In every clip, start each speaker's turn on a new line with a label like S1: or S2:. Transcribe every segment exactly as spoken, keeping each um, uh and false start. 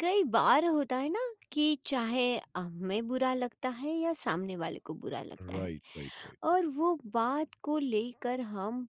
S1: कई बार होता है ना कि चाहे हमें बुरा लगता है या सामने वाले को बुरा लगता है,
S2: Right, right, right,
S1: और वो बात को लेकर हम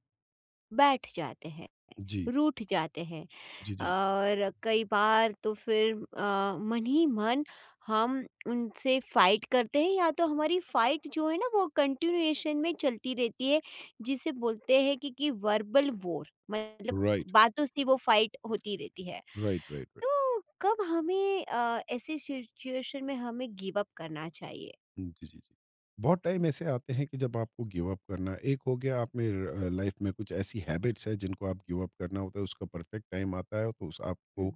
S1: बैठ जाते हैं,
S2: right. J,
S1: रूठ जाते हैं।
S2: J, J.
S1: और कई बार तो फिर अ, मन ही मन हम उनसे फाइट करते हैं, या तो हमारी फाइट जो है ना वो कंटिन्यूएशन में चलती रहती है, जिसे बोलते हैं कि, कि वर्बल वॉर, मतलब
S2: Right,
S1: बातों से वो फाइट होती रहती है।
S2: right, right, right.
S1: तो कब हमें अ, ऐसे सिचुएशन में हमें गिव अप करना चाहिए?
S2: जी, जी, जी। बहुत टाइम ऐसे आते हैं कि जब आपको गिव अप करना एक हो गया आप में अ, लाइफ में कुछ ऐसी हैबिट्स है जिनको आप गिव अप करना होता है उसका परफेक्ट टाइम आता है तो उस आपको
S1: हम्म।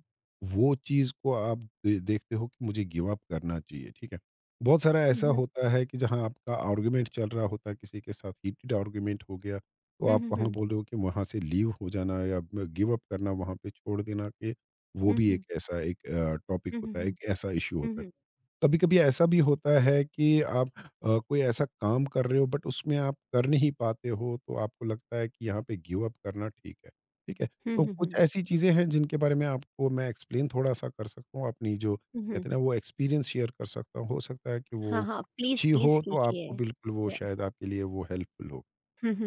S2: वो चीज़ को आप दे देखते हो कि मुझे गिव अप करना चाहिए, ठीक है। बहुत सारा ऐसा
S1: हम्म,
S2: होता है कि जहाँ आपका आर्गुमेंट चल रहा होता है किसी के साथ हीटेड आर्गुमेंट हो गया, तो आप
S1: हम्म,
S2: वहाँ
S1: हम्म,
S2: बोल रहे हो कि वहाँ से लीव हो जाना या म गिव अप करना वहाँ पे छोड़ देना कि वो
S1: हम्म,
S2: भी
S1: हम्म,
S2: एक ऐसा एक अ, टॉपिक
S1: हम्म,
S2: होता है,
S1: हम्म,
S2: एक ऐसा इश्यू होता है।
S1: हम्म,
S2: कभी कभी ऐसा भी होता है कि आप अ, कोई ऐसा काम कर रहे हो बट उसमें आप कर नहीं पाते हो तो आपको लगता है कि यहाँ पे गिव अप करना ठीक है ठीक है।
S1: हम्म,
S2: तो कुछ
S1: हम्म,
S2: ऐसी चीजें हैं जिनके बारे में आपको मैं एक्सप्लेन थोड़ा सा कर सकता हूँ अपनी जो
S1: हम्म, हम्म।
S2: कहते हैं ना वो एक्सपीरियंस शेयर कर सकता हूँ हो सकता है कि वो
S1: हाँ हाँ, प्लीज
S2: अच्छी
S1: प्लीज
S2: हो तो
S1: कीजिए।
S2: आपको बिल्कुल वो
S1: यस।
S2: शायद आपके लिए वो हेल्पफुल हो।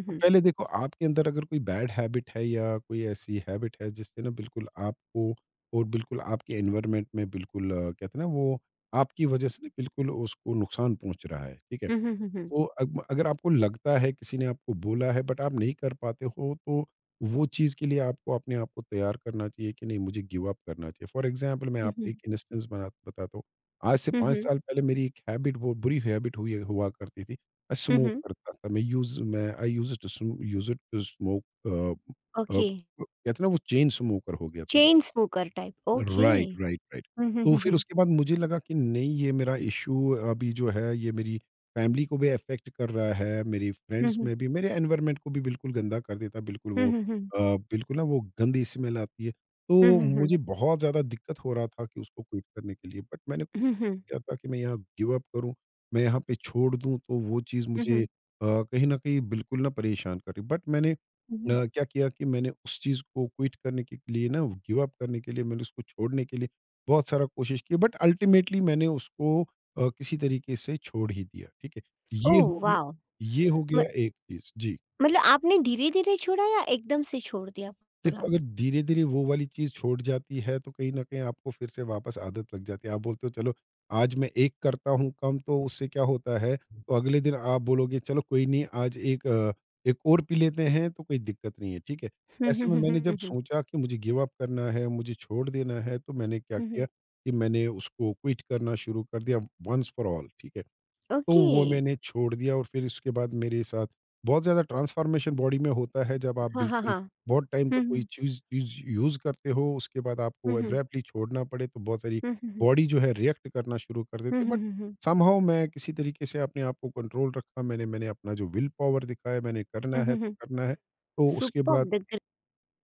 S2: तो पहले देखो आपके अंदर अगर कोई बैड हैबिट है या कोई ऐसी हैबिट है जिससे ना बिल्कुल आपको और बिल्कुल आपके एनवायरनमेंट में बिल्कुल अ, कहते हैं ना वो आपकी वजह से ना बिल्कुल उसको नुकसान पहुंच रहा है, ठीक है।
S1: हुँ, हुँ, हुँ, हुँ।
S2: तो अग अगर आपको लगता है किसी ने आपको बोला है बट आप नहीं कर पाते हो तो वो चीज़ के लिए आपको अपने आप को तैयार करना चाहिए कि नहीं मुझे गिव अप करना चाहिए। फॉर एग्ज़ाम्पल मैं
S1: हुँ,
S2: आपको
S1: हुँ।
S2: एक इंस्टेंस बना बताता हूँ। आज से
S1: हुँ,
S2: पाँच
S1: हुँ।
S2: साल पहले मेरी एक हैबिट बहुत बुरी हैबिट हुई हुआ करती थी। मैं
S1: हुँ,
S2: स्मोक
S1: हुँ।
S2: करता था। मैं यूज़ मैं आई यूज्ड टू स्म used to smoke uh uh,
S1: okay.
S2: कहते हैं ना वो चेन स्मोकर हो गया था मैं।
S1: Chain smoker type, okay.
S2: Right, right, right.
S1: हुँ, हुँ,
S2: तो
S1: हुँ,
S2: फिर
S1: हुँ।
S2: उसके बाद मुझे लगा कि नहीं ये मेरा इश्यू अभी जो है ये मेरी फैमिली को भी अफ़ेक्ट कर रहा है, मेरी
S1: हुँ,
S2: फ्रेंड्स
S1: हुँ।
S2: में भी, मेरे एनवायरनमेंट को भी बिल्कुल गंदा कर देता है, बिल्कुल
S1: हुँ,
S2: वो
S1: हुँ, हुँ।
S2: अ, बिल्कुल ना वो गंदी स्मेल आती है।
S1: हुँ,
S2: तो
S1: हुँ, हुँ।
S2: मुझे बहुत ज़्यादा दिक्कत हो रहा था कि उसको क्विट करने के लिए बट मैंने
S1: हुँ, हुँ।
S2: किया था कि मैं यहाँ गिव अप करूँ, मैं यहाँ पे छोड़ दूँ तो वो चीज़
S1: हुँ,
S2: मुझे अ,
S1: हुँ।
S2: कहीं न कहीं बिल्कुल ना परेशान कर रही। बट मैंने अ,
S1: हुँ, हुँ।
S2: क्या किया कि मैंने उस चीज़ को क्विट करने के लिए ना गिव अप करने के लिए मैंने उसको छोड़ने के लिए बहुत सारा कोशिश की बट अल्टीमेटली मैंने उसको अ, किसी तरीके से छोड़ ही दिया, ठीक है? ये
S1: ओह
S2: हो गया।
S1: वाओ!
S2: ये हो
S1: म
S2: गया एक चीज़। जी।
S1: मतलब आपने धीरे-धीरे छोड़ा या एकदम से छोड़ दिया
S2: देखो,
S1: पूरा?
S2: अगर धीरे-धीरे वो वाली चीज़ छूट जाती है, तो कहीं न कहीं आपको फिर से वापस आदत लग जाती है। आप बोलते हो चलो आज मैं एक करता हूँ कम तो उससे क्या होता है, तो अगले दिन आप बोलोगे चलो कोई नहीं आज एक अ, एक और पी लेते हैं तो कोई दिक्कत नहीं है, ठीक है?
S1: हुँ,
S2: ऐसे
S1: हुँ,
S2: में
S1: हुँ,
S2: मैंने जब
S1: हुँ, हुँ।
S2: सोचा कि मुझे गिव अप करना है, मुझे छोड़ देना है, तो मैंने क्या
S1: हुँ,
S2: किया
S1: हुँ।
S2: कि मैंने उसको क्विट करना शुरू कर दिया वन्स फॉर ऑल, ठीक है? तो
S1: ओके।
S2: वो मैंने छोड़ दिया और फिर उसके बाद मेरे साथ बहुत ज़्यादा ट्रांसफ़ॉर्मेशन बॉडी में होता है जब आप
S1: हाँ, हाँ,
S2: बिल्कुल
S1: हाँ।
S2: बहुत टाइम तक
S1: हुँ,
S2: कोई
S1: हुँ।
S2: चीज़ चीज़ यूज़ करते हो, उसके बाद
S1: हुँ,
S2: आपको
S1: हुँ।
S2: एब्रैप्टली छोड़ना पड़े तो बहुत सारी
S1: हुँ, हुँ, हुँ।
S2: बॉडी जो है रिएक्ट करना शुरू कर
S1: हुँ,
S2: देती है।
S1: हुँ,
S2: बट
S1: हुँ, हुँ।
S2: समहाउ मैं किसी तरीके से अपने आप को कंट्रोल रखा मैंने मैंने अपना जो विल पावर दिखाया मैंने करना
S1: हुँ,
S2: है
S1: हुँ,
S2: तो
S1: हुँ।
S2: करना है। तो उसके बाद
S1: सुपर्ब! द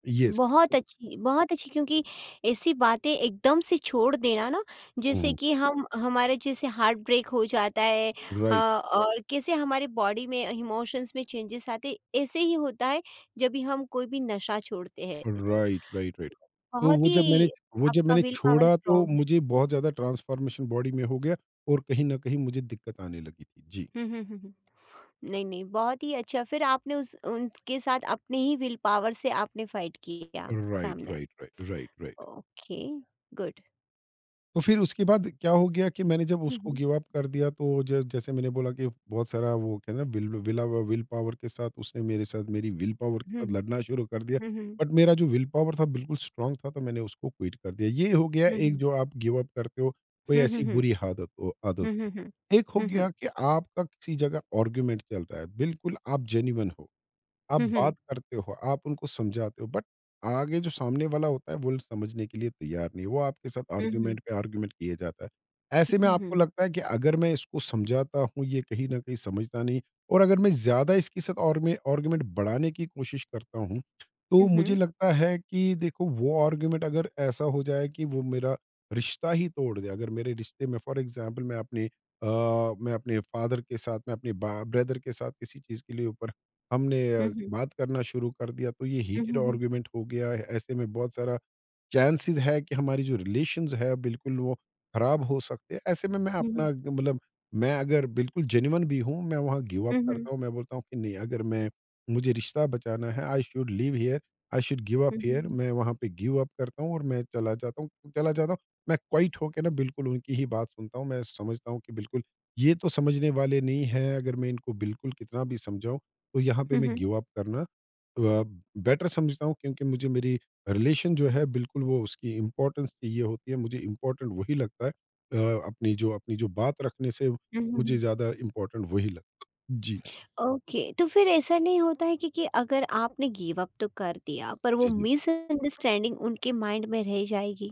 S2: येस,
S1: बहुत अच्छी, बहुत अच्छी, क्योंकि ऐसी बातें एकदम से छोड़ देना ना,
S2: हुँ,
S1: जैसे
S2: हुँ।
S1: कि हम हमारे जैसे हार्ट ब्रेक हो जाता है अ,
S2: राइट।
S1: और कैसे हमारे बॉडी में इमोशंस में चेंजेस आते, ऐसे ही होता है जब भी हम कोई भी नशा छोड़ते हैं, तो
S2: राइट, राइट, राइट। तो
S1: बहुत
S2: वो जब मैंने
S1: ही।
S2: वो जब
S1: आपका
S2: मैंने
S1: विल पावर
S2: छोड़ा तो
S1: स्ट्रांग है।
S2: मुझे बहुत ज़्यादा ट्रांसफ़ॉर्मेशन बॉडी में हो गया और कहीं न कहीं मुझे दिक्कत आने लगी थी। जी।
S1: हम्म हम्म हम्म हम्म। नहीं नहीं, बहुत ही अच्छा। फिर आपने उस उनके साथ अपने ही विल पावर से आपने फाइट किया
S2: राइट,
S1: सामने।
S2: Right, right, right, right.
S1: Okay. Good.
S2: तो फिर उसके बाद क्या हो गया कि मैंने जब
S1: हम्म
S2: उसको
S1: हम्म
S2: गिव अप कर दिया तो ज जैसे मैंने बोला कि बहुत सारा वो कहते हैं ना विल विला विल पावर के साथ उसने मेरे साथ मेरी विल पावर के साथ
S1: हम्म
S2: लड़ना शुरू कर दिया।
S1: हम्म हम्म
S2: बट मेरा जो विल पावर था बिल्कुल स्ट्रांग था तो मैंने उसको क्विट कर दिया। ये हो गया एक
S1: हम्म।
S2: जो आप गिव अप करते हो, कोई
S1: हुँ, हुँ,
S2: ऐसी
S1: हुँ।
S2: बुरी आदत हो आदत
S1: हुँ, हुँ, हुँ।
S2: थी। एक हो
S1: हुँ, हुँ।
S2: गया कि आपका किसी जगह आर्गुमेंट चल रहा है, बिल्कुल आप जेन्युइन हो। आप
S1: हुँ,
S2: बात
S1: हुँ।
S2: करते हो, आप उनको समझाते हो बट आगे जो सामने वाला होता है वो समझने के लिए तैयार नहीं है। वो आपके साथ
S1: हुँ, हुँ।
S2: आर्गुमेंट पे आर्गुमेंट किए जाता है। ऐसे
S1: हुँ,
S2: में
S1: हुँ,
S2: आपको
S1: हुँ।
S2: लगता है कि अगर मैं इसको समझाता हूँ ये कहीं न कहीं समझता नहीं और अगर मैं ज़्यादा इसके साथ आर्मे आर्गुमेंट बढ़ाने की कोशिश करता हूँ, तो मुझे लगता है कि देखो वो आर्गुमेंट अगर ऐसा हो जाए कि वो मेरा रिश्ता ही तोड़ दे। अगर मेरे रिश्ते में फॉर एग्ज़ाम्पल मैं अपने अ, मैं अपने फादर के साथ, मैं अपने बा ब्रदर के साथ किसी चीज़ के लिए ऊपर हमने
S1: हुँ,
S2: अ,
S1: हुँ।
S2: बात करना शुरू कर दिया तो ये
S1: हुँ,
S2: हीटेड
S1: हुँ।
S2: आर्गुमेंट हो गया। ऐसे में बहुत सारा चांसेज़ है कि हमारी जो रिलेशंस है बिल्कुल वो खराब हो सकते हैं। ऐसे में मैं
S1: हुँ, हुँ, हुँ।
S2: अपना मतलब मैं अगर बिल्कुल जेन्युइन भी हूँ, मैं वहाँ गिव अप
S1: हुँ, हुँ।
S2: करता हूँ। मैं बोलता हूँ कि नहीं अगर मैं मुझे रिश्ता बचाना है I should leave here, I should give up
S1: हुँ, हुँ। हुँ,
S2: हियर।
S1: हुँ।
S2: मैं वहाँ पे गिव अप करता हूँ और मैं चला जाता हूँ चला जाता हूँ। मैं क्वाइट होके ना बिल्कुल उनकी ही बात सुनता हूँ। मैं समझता हूँ कि बिल्कुल ये तो समझने वाले नहीं हैं। अगर मैं इनको बिल्कुल कितना भी समझाऊँ, तो यहाँ पे
S1: हुँ,
S2: मैं
S1: हुँ।
S2: गिव अप करना अ, बेटर समझता हूँ क्योंकि मुझे मेरी रिलेशन जो है बिल्कुल वो उसकी इम्पोर्टेंस चाहिए होती है मुझे इम्पोर्टेंट वही लगता है अ, अपनी जो अपनी जो बात रखने से
S1: हुँ, हुँ,
S2: मुझे
S1: हुँ।
S2: ज़्यादा इम्पोर्टेंट वही लगता है। जी, जी,
S1: ओके, तो फिर ऐसा नहीं होता है कि कि अगर आपने गिव अप तो कर दिया, पर वो
S2: जी, जी,
S1: मिसअंडरस्टैंडिंग उनके माइंड में रह जाएगी?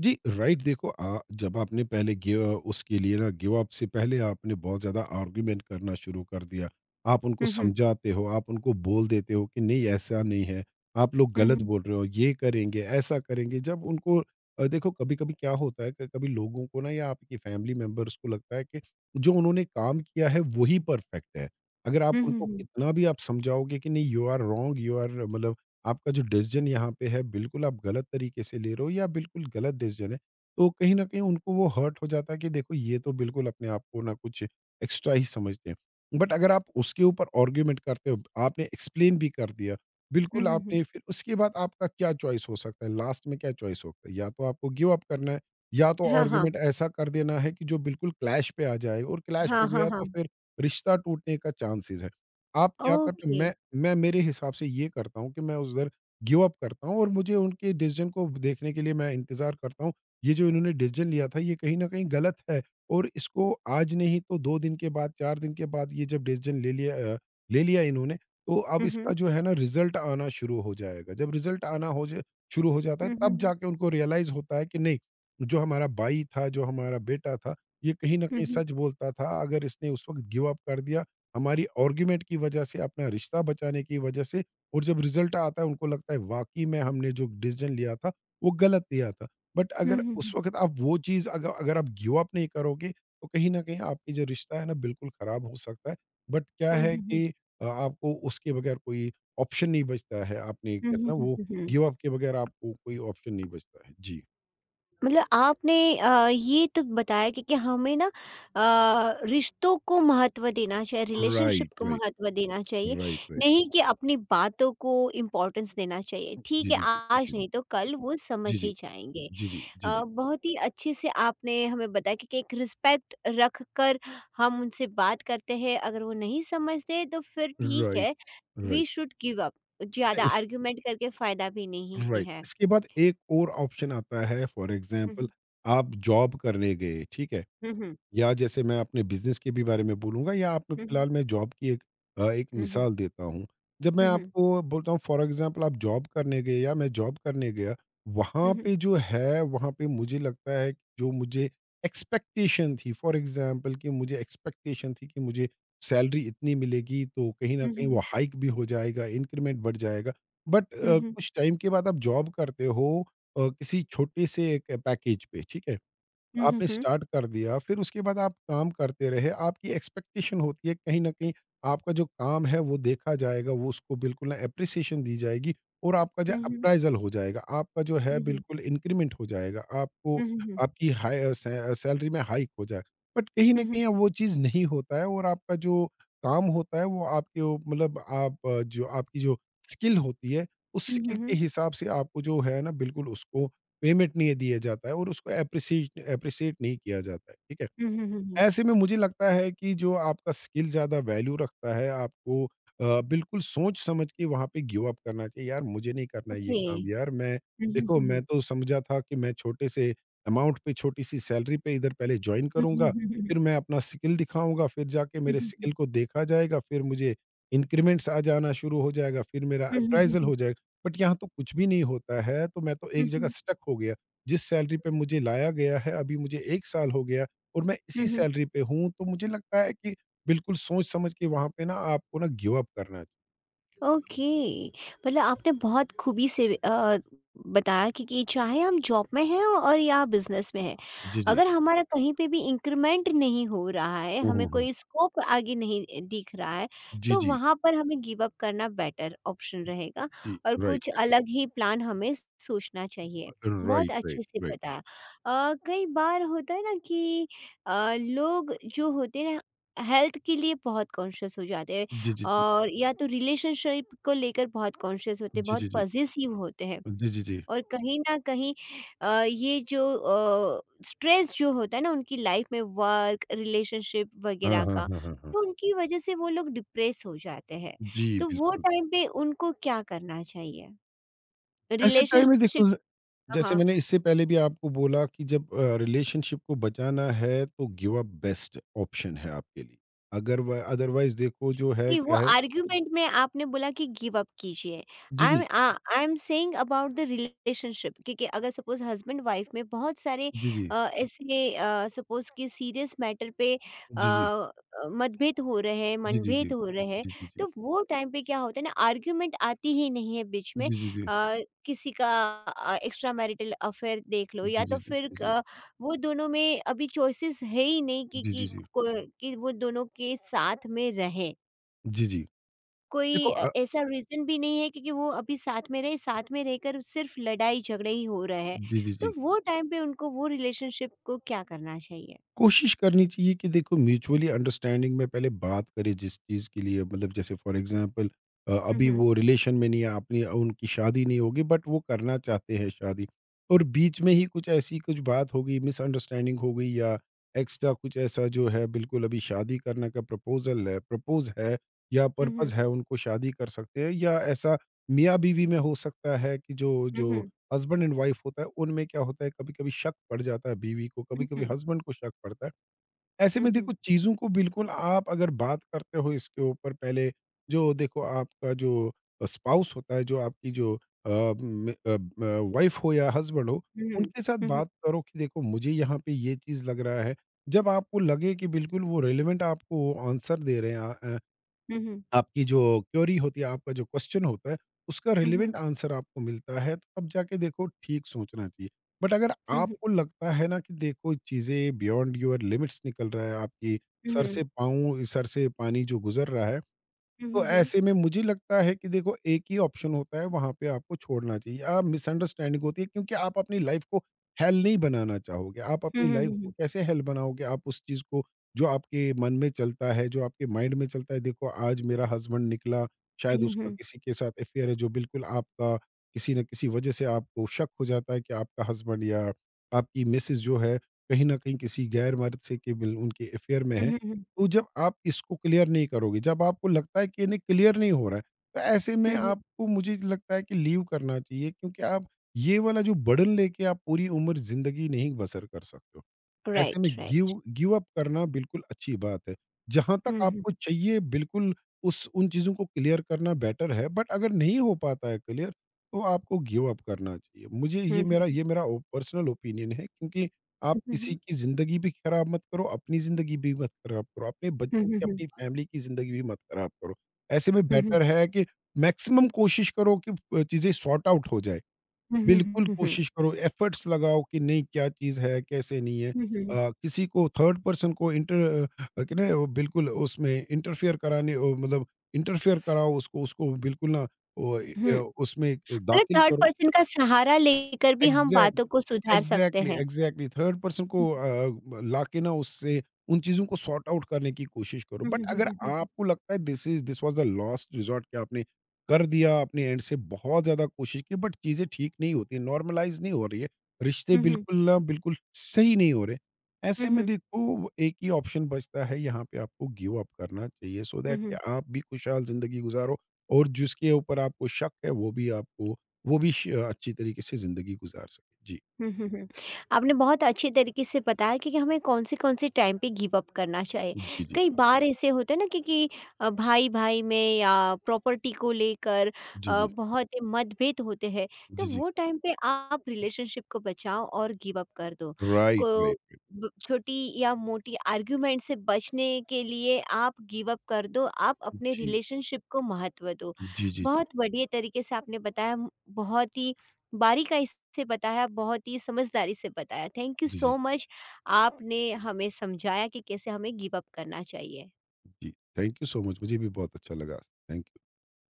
S2: जी, राइट। देखो अ, जब आपने पहले गिव अ, उसके लिए ना गिव अप से पहले आपने बहुत ज़्यादा आर्गुमेंट करना शुरू कर दिया। आप उनको
S1: हुँ, हुँ।
S2: समझाते हो, आप उनको बोल देते हो कि नहीं ऐसा नहीं है, आप लोग
S1: हुँ,
S2: गलत
S1: हुँ।
S2: बोल रहे हो, ये करेंगे, ऐसा करेंगे। जब उनको अ, देखो कभी-कभी क्या होता है, क कभी लोगों को ना या आपकी फैमिली मेंबर्स को लगता है कि जो उन्होंने काम किया है वही परफेक्ट है। अगर आप
S1: हुँ, हुँ,
S2: उनको
S1: हुँ।
S2: कितना भी आप समझाओगे कि नहीं you are wrong, you are मतलब आपका जो डिसीजन यहाँ पे है बिल्कुल आप गलत तरीके से ले रहे हो या बिल्कुल गलत डिसीजन है तो कहीं ना कहीं उनको वो हर्ट हो जाता है कि देखो ये तो बिल्कुल अपने आप को ना कुछ एक्स्ट्रा ही समझते हैं। बट अगर आप उसके ऊपर आर्ग्यूमेंट करते हो आपने एक्सप्लेन भी कर दिया
S1: हुँ,
S2: बिल्कुल
S1: हुँ, हुँ।
S2: आपने फिर उसके बाद आपका क्या चॉइस हो सकता है लास्ट में क्या चॉइस हो सकता है, या तो आपको गिव अप करना है या तो
S1: हाँ, हाँ।
S2: आर्ग्यूमेंट ऐसा कर देना है कि जो बिल्कुल क्लैश पे आ जाए और क्लैश
S1: हाँ,
S2: हो
S1: हाँ,
S2: गया तो
S1: हाँ।
S2: फिर रिश्ता टूटने का चांसेस है। आप क्या करते हो?
S1: ओके।
S2: मैं मैं मेरे हिसाब से ये करता हूँ कि मैं उधर गिव अप करता हूँ और मुझे उनके डिसीज़न को देखने के लिए मैं इंतज़ार करता हूँ। ये जो इन्होंने डिसीज़न लिया था ये कहीं न कहीं गलत है और इसको आज नहीं तो दो दिन के बाद, चार दिन के बाद ये जब डिसीज़न ले लिया अ, ले लिया इन्होंने तो अब
S1: हुँ,
S2: इसका
S1: हुँ।
S2: जो है ना रिज़ल्ट आना शुरू हो जाएगा। जब रिज़ल्ट आना हो जा शुरू हो जाता है
S1: हुँ, हुँ,
S2: तब
S1: हुँ।
S2: जाके उनको रियलाइज़ होता है कि नहीं, जो हमारा भाई था, जो हमारा बेटा था, ये कहीं न
S1: हुँ,
S2: कहीं
S1: हुँ।
S2: सच बोलता था। अगर इसने उस वक़्त गिव अप कर दिया हमारी आर्ग्यूमेंट की वजह से, अपना रिश्ता बचाने की वजह से और जब रिज़ल्ट आता है उनको लगता है वाक़ई में हमने जो डिसीज़न लिया था, वो गलत लिया था। बट
S1: हुँ,
S2: अगर
S1: हुँ,
S2: उस
S1: हुँ।
S2: वक़्त आप वो चीज़ अग अगर आप गिव अप नहीं करोगे, तो कहीं न कहीं आपकी जो रिश्ता है ना बिल्कुल ख़राब हो सकता है। बट क्या
S1: हुँ,
S2: है
S1: हुँ, हुँ।
S2: कि अ, आपको उसके बगैर कोई ऑप्शन नहीं बचता है। आपने
S1: हुँ,
S2: कहते
S1: हुँ,
S2: हैं ना
S1: हुँ,
S2: वो
S1: हुँ, हुँ।
S2: गिव अप के बगैर आपको कोई ऑप्शन नहीं बचता है। जी।
S1: मतलब आपने अ, ये तो बताया कि, कि हमें ना अ, रिश्तों को महत्व देना चाहिए, रिलेशनशिप
S2: राइट,
S1: को
S2: राइट,
S1: महत्व देना चाहिए,
S2: राइट, राइट।
S1: नहीं कि अपनी बातों को इम्पोर्टेंस देना चाहिए।
S2: जी,
S1: ठीक है,
S2: जी, जी,
S1: आज
S2: जी, जी।
S1: नहीं तो कल वो समझ
S2: जी, जी,
S1: ही जाएँगे।
S2: जी, जी, जी,
S1: अ,
S2: जी।
S1: बहुत ही अच्छे से आपने हमें बताया कि, कि एक रिस्पेक्ट रख कर हम उनसे बात करते हैं, अगर वो नहीं समझते तो फिर ठीक
S2: राइट,
S1: है,
S2: right.
S1: We should give up.
S2: अच्छा
S1: ज़्यादा
S2: इस
S1: आर्ग्यूमेंट करके फ़ायदा भी नहीं
S2: राइट,
S1: है।
S2: इसके बाद एक और ऑप्शन आता है। फॉर
S1: हुँ,
S2: एग्जांपल
S1: हुँ।
S2: आप जॉब करने गए, ठीक है।
S1: हुँ, हुँ।
S2: या जैसे मैं अपने बिज़नेस के भी बारे में बोलूँगा या आप
S1: हुँ, हुँ।
S2: फिलहाल मैं जॉब की एक अ, एक
S1: हुँ, हुँ।
S2: मिसाल देता हूँ। जब मैं
S1: हुँ, हुँ।
S2: आपको बोलता हूँ फ़ॉर एग्ज़ाम्पल आप जॉब करने गए या मैं जॉब करने गया, वहाँ
S1: Mhm.
S2: पे जो है वहाँ पे मुझे लगता है कि जो मुझे एक्सपेक्टेशन थी फ़ॉर एग्ज़ाम्पल कि मुझे एक्सपेक्टेशन थी कि मुझे सैलरी इतनी मिलेगी तो कहीं न कहीं वो
S1: Mhm.
S2: हाइक भी हो जाएगा, इंक्रीमेंट बढ़ जाएगा। But uh,
S1: Mhm.
S2: कुछ टाइम के बाद आप जॉब करते हो अ, किसी छोटे से एक पैकेज पे, ठीक है? आपने
S1: Mhm.
S2: स्टार्ट कर दिया, फिर उसके बाद आप काम करते रहे, आपकी एक्सपेक्टेशन होती है कहीं न कहीं आपका जो काम है वो देखा जाएगा, वो उसको बिल्कुल ना एप्रिसिएशन दी जाएगी और आपका जो
S1: Mhm.
S2: अप्राइज़ल हो जाएगा, आपका जो है
S1: Mhm.
S2: बिल्कुल इंक्रीमेंट हो जाएगा, आपको
S1: Mhm.
S2: आपकी हाई अ, सै अ, सैलरी में हाइक हो जाए। बट कहीं न
S1: Mhm.
S2: कहीं वो चीज़ नहीं होता है और आपका जो काम होता है वो आपके ओ मतलब आप अ, जो आपकी जो स्किल होती है, उस स्किल के
S1: Mhm.
S2: हिसाब से आपको जो है ना बिल्कुल उसको पेमेंट नहीं दिया जाता है और उसको एप्रिसिएट एप्रिसिएट नहीं किया जाता है, ठीक है?
S1: Mhm.
S2: ऐसे में मुझे लगता है कि जो आपका स्किल ज़्यादा वैल्यू रखता है, आपको अ, बिल्कुल सोच-समझ के वहाँ पे गिव अप करना चाहिए, "यार, मुझे नहीं करना ये काम
S1: Okay.
S2: यार, मैं
S1: Mhm.
S2: देखो
S1: Mhm.
S2: मैं तो समझा था कि मैं छोटे से अमाउंट पे, छोटी-सी सैलरी पे इधर पहले जॉइन करूँगा,
S1: Mhm.
S2: फिर मैं अपना स्किल दिखाऊँगा, फिर जाके मेरे स्किल
S1: Mhm.
S2: को देखा जाएगा, फिर मुझे इंक्रीमेंट्स आ जाना शुरू हो जाएगा, फिर मेरा
S1: Mhm.
S2: Appraisal
S1: Mhm.
S2: हो जाएगा। बट यहाँ तो कुछ भी नहीं होता है, तो मैं तो एक जगह
S1: Mhm.
S2: स्टक हो गया। जिस सैलरी पे मुझे लाया गया है, अभी मुझे एक साल हो गया और मैं इसी
S1: Mhm.
S2: सैलरी पे हूँ, तो मुझे लगता है कि बिल्कुल सोच-समझ के वहाँ पे ना आपको ना गिव अप करना है।
S1: ओके। मतलब आपने बहुत खूबी से अ, बताया कि, कि चाहे हम जॉब में हैं और या बिजनेस में हैं,
S2: जी, जी।
S1: अगर हमारा कहीं पे भी इंक्रीमेंट नहीं हो रहा है,
S2: हुँ,
S1: हमें
S2: हुँ, हुँ।
S1: कोई स्कोप आगे नहीं दिख रहा है,
S2: जी,
S1: तो
S2: जी,
S1: वहाँ पर हमें गिव अप करना बेटर ऑप्शन रहेगा,
S2: जी।
S1: और
S2: राइट,
S1: कुछ अलग ही प्लान हमें सोचना चाहिए। बहुत
S2: राइट, राइट,
S1: अच्छे से
S2: राइट।
S1: बताया। अ, कई बार होता है ना कि अ, लोग जो होते हैं ना, हेल्थ के लिए बहुत कॉन्शियस हो जाते हैं।
S2: जी, जी, जी।
S1: और या तो रिलेशनशिप को लेकर बहुत कॉन्शियस होते हैं,
S2: जी, जी,
S1: बहुत
S2: जी।
S1: पजेसिव होते हैं,
S2: जी, जी, जी।
S1: और कहीं न कहीं अ, ये जो अ, स्ट्रेस जो होता है ना उनकी लाइफ में, वर्क, रिलेशनशिप
S2: हाँ,
S1: वगैरह
S2: हाँ,
S1: का,
S2: हाँ, हाँ, हाँ।
S1: तो उनकी वजह से वो लोग डिप्रेस हो जाते हैं।
S2: जी,
S1: तो वो
S2: बिल्कुल।
S1: टाइम पे उनको क्या करना चाहिए?
S2: ऐसे टाइम में देखो,
S1: रिलेशनशिप।
S2: जैसे
S1: हाँ।
S2: मैंने इससे पहले भी आपको बोला कि जब अ, रिलेशनशिप को बचाना है तो गिव अप बेस्ट ऑप्शन है आपके लिए। अगर व अदरवाइज़ देखो जो है
S1: नहीं, वो
S2: क्या है
S1: आर्ग्यूमेंट में आपने बोला कि गिव अप कीजिए।
S2: जी,
S1: आई एम
S2: जी।
S1: Uh, I am saying about the relationship, क्योंकि अगर सपोज़ हस्बैंड वाइफ में बहुत सारे
S2: जी, जी।
S1: अ, ऐसे अ, सपोज़ कि सीरियस मैटर पे अ
S2: जी, जी।
S1: अ, मतभेद हो रहे हैं,
S2: जी, जी, जी।
S1: मनभेद हो रहे हैं,
S2: जी, जी, जी।
S1: तो वो टाइम पे क्या होता है ना, आर्ग्यूमेंट आती ही नहीं है बीच में।
S2: जी, जी, जी।
S1: अ, किसी का अ, एक्स्ट्रा मैरिटल अफेयर देख लो,
S2: जी,
S1: या
S2: जी,
S1: तो
S2: जी,
S1: फिर
S2: जी।
S1: क वो दोनों में अभी चॉइसेस है ही नहीं कि
S2: जी, जी,
S1: कि
S2: जी।
S1: को कि वो दोनों के साथ में रहें।
S2: जी, जी।
S1: कोई
S2: देखो
S1: अ,
S2: अ,
S1: ऐसा रीज़न भी नहीं है, क्योंकि वो अभी साथ में रहे, साथ में रहकर सिर्फ़ लड़ाई-झगड़े ही हो रहे हैं।
S2: जी, जी, जी।
S1: तो वो टाइम पे उनको वो रिलेशनशिप को क्या करना चाहिए?
S2: कोशिश करनी चाहिए कि देखो म्यूचुअली अंडरस्टैंडिंग में पहले बात करें जिस चीज़ के लिए मतलब जैसे फॉर एग्ज़ाम्पल अ,
S1: हुँ,
S2: अभी
S1: हुँ।
S2: वो रिलेशन में नहीं है आपने उनकी शादी नहीं होगी बट वो करना चाहते हैं शादी और बीच में ही कुछ ऐसी कुछ बात हो गई मिसअंडरस्टैंडिंग हो गई या एक्स्ट्रा कुछ ऐसा जो है बिल्कुल अभी शादी करने का प्रपोज़ल है प्रपोज़ है या
S1: हुँ,
S2: पर्पज़
S1: हुँ।
S2: है उनको शादी कर सकते हैं या ऐसा मियाँ-बीवी में हो सकता है कि जो
S1: हुँ,
S2: जो
S1: हुँ।
S2: हस्बैंड एंड वाइफ होता है उनमें क्या होता है कभी-कभी शक पड़ जाता है बीवी को,
S1: हुँ,
S2: कभी-कभी
S1: हुँ।
S2: हस्बैंड को शक पड़ता है। ऐसे
S1: हुँ,
S2: में देखो
S1: हुँ।
S2: चीज़ों को बिल्कुल आप अगर बात करते हो इसके ऊपर पहले जो देखो आपका जो स्पाउस होता है, जो आपकी जो अ, म अ, ब वाइफ हो या हस्बैंड हो,
S1: हुँ, हुँ।
S2: उनके साथ
S1: हुँ, हुँ।
S2: बात करो कि देखो मुझे यहाँ पे ये चीज़ लग रहा है। जब आपको लगे कि बिल्कुल वो रिलेवेंट आपको आंसर दे रहे हैं अ अ
S1: हुँ, हुँ।
S2: आपकी जो क्वेरी होती है, आपका जो क्वेश्चन होता है, उसका
S1: हुँ, हुँ।
S2: रिलेवेंट आंसर आपको मिलता है, तो तब जाके देखो ठीक सोचना चाहिए। बट अगर आपको लगता है ना कि देखो चीज़ें बियॉन्ड योर लिमिट्स निकल रहा है, आपकी
S1: हुँ,
S2: सर
S1: हुँ।
S2: से पाँव सर से पानी जो गुज़र रहा है
S1: हुँ,
S2: तो
S1: हुँ, हुँ।
S2: ऐसे में मुझे लगता है कि देखो एक ही ऑप्शन होता है वहाँ पे आपको छोड़ना चाहिए। आप मिसअंडरस्टैंडिंग होती है क्योंकि आप अपनी लाइफ़ को हेल नहीं बनाना चाहोगे। आप
S1: हुँ,
S2: अपनी
S1: हुँ,
S2: लाइफ़
S1: हुँ,
S2: को
S1: हुँ।
S2: कैसे हेल बनाओगे? आप उस चीज़ को जो आपके मन में चलता है, जो आपके माइंड में चलता है देखो आज मेरा हस्बैंड निकला,
S1: हुँ,
S2: शायद
S1: हुँ,
S2: उसका
S1: हुँ।
S2: किसी के साथ अफेयर है जो बिल्कुल आपका किसी न किसी वजह से आपको शक हो जाता है कि आपका हस्बैंड या आपकी मिसेज़ जो है कहीं न कहीं किसी गैर मर्द से के बिल उनके अफेयर में
S1: हुँ,
S2: है।
S1: हुँ, हुँ।
S2: तो जब आप इसको क्लियर नहीं करोगे, जब आपको लगता है कि नहीं क्लियर नहीं हो रहा है, तो ऐसे में
S1: हुँ, हुँ।
S2: आपको मुझे लगता है कि लीव करना चाहिए क्योंकि आप ये वाला जो बर्डन लेके आप पूरी उम्र ज़िंदगी नहीं बसर कर सकते हो। ऐसे में
S1: right, right.
S2: Give give up करना बिल्कुल अच्छी बात है। जहाँ तक
S1: हुँ, हुँ।
S2: आपको चाहिए बिल्कुल उस उन चीज़ों को क्लियर करना बेटर है, बट अगर नहीं हो पाता है क्लियर तो आपको गिव अप करना चाहिए। मुझे ये
S1: हुँ,
S2: मेरा
S1: हुँ।
S2: ये मेरा ओ पर्सनल ओपिनियन है क्योंकि आप
S1: हुँ,
S2: किसी
S1: हुँ।
S2: की ज़िंदगी भी खराब मत करो, अपनी ज़िंदगी भी मत खराब करो, अपने
S1: हुँ,
S2: बच्चों
S1: हुँ,
S2: की,
S1: हुँ।
S2: अपनी फैमिली की ज़िंदगी भी मत खराब करो। ऐसे में
S1: हुँ, हुँ।
S2: बेटर है कि मैक्सिमम कोशिश करो कि अ, चीज़ें सॉर्ट आउट हो जाए।
S1: हुँ, हुँ,
S2: बिल्कुल
S1: हुँ, हुँ।
S2: कोशिश करो, एफर्ट्स लगाओ कि नहीं क्या चीज़ है, कैसे नहीं है।
S1: हुँ, हुँ। हुँ।
S2: अ, किसी को थर्ड पर्सन को इंटर अ, कि ना वो बिल्कुल उसमें इंटरफेयर कराने ओ मतलब इंटरफेयर कराओ उसको उसको बिल्कुल ना वो ए,
S1: हुँ,
S2: उसमें
S1: मतलब
S2: दाखिल
S1: थर्ड
S2: करो।
S1: पर्सन का सहारा लेकर भी हम
S2: एग्ज़ैक्ट
S1: बातों को सुधार सकते
S2: एग्ज़ैक्टली,
S1: हैं।
S2: एग्ज़ैक्टली थर्ड पर्सन को अ, लाके ना उससे उन चीज़ों को सॉर्ट आउट करने की कोशिश करो।
S1: हुँ,
S2: बट
S1: हुँ, हुँ,
S2: अगर
S1: हुँ, हुँ, हुँ।
S2: आपको लगता है this is this was the last resort कि आपने कर दिया अपने एंड से बहुत ज़्यादा कोशिश की बट चीज़ें ठीक नहीं होती हैं, नॉर्मलाइज़ नहीं हो रही है, रिश्ते
S1: हुँ, हुँ।
S2: बिल्कुल ना बिल्कुल सही नहीं हो रहे।
S1: हुँ,
S2: ऐसे में
S1: हुँ।
S2: देखो एक ही ऑप्शन बचता है यहाँ पे आपको गिव अप करना चाहिए सो
S1: हुँ,
S2: दैट कि
S1: हुँ।
S2: आप भी खुशहाल ज़िंदगी गुज़ारो और जिसके ऊपर आपको शक है वो भी आपको वो भी श अच्छी तरीके से ज़िंदगी गुज़ार सके। जी।
S1: हुँ, हुँ, हुँ। आपने बहुत अच्छे तरीके से बताया कि कि हमें कौन-से-कौन से कौन से टाइम पे गिव अप करना चाहिए।
S2: जी, जी।
S1: कई बार ऐसे होता है ना कि कि अ, भाई-भाई में या प्रॉपर्टी को लेकर
S2: जी,
S1: अ,
S2: जी।
S1: बहुत ही मतभेद होते हैं,
S2: जी,
S1: तो
S2: जी।
S1: वो टाइम पे आप रिलेशनशिप को बचाओ और गिव अप कर दो।
S2: राइट,
S1: को
S2: राइट, राइट।
S1: ब छोटी या मोटी आर्गुमेंट से बचने के लिए आप गिव अप कर दो, आप अपने
S2: जी।
S1: रिलेशनशिप को महत्व दो।
S2: जी, जी, जी।
S1: बहुत बढ़िया तरीके से आपने बताया, बहुत ही बारीकाई से बताया, बहुत ही समझदारी से बताया। थैंक यू
S2: जी, जी,
S1: सो मच, आपने हमें समझाया कि कैसे हमें गिव अप करना चाहिए।
S2: जी। थैंक यू सो मच मुझे भी बहुत अच्छा लगा। Thank you.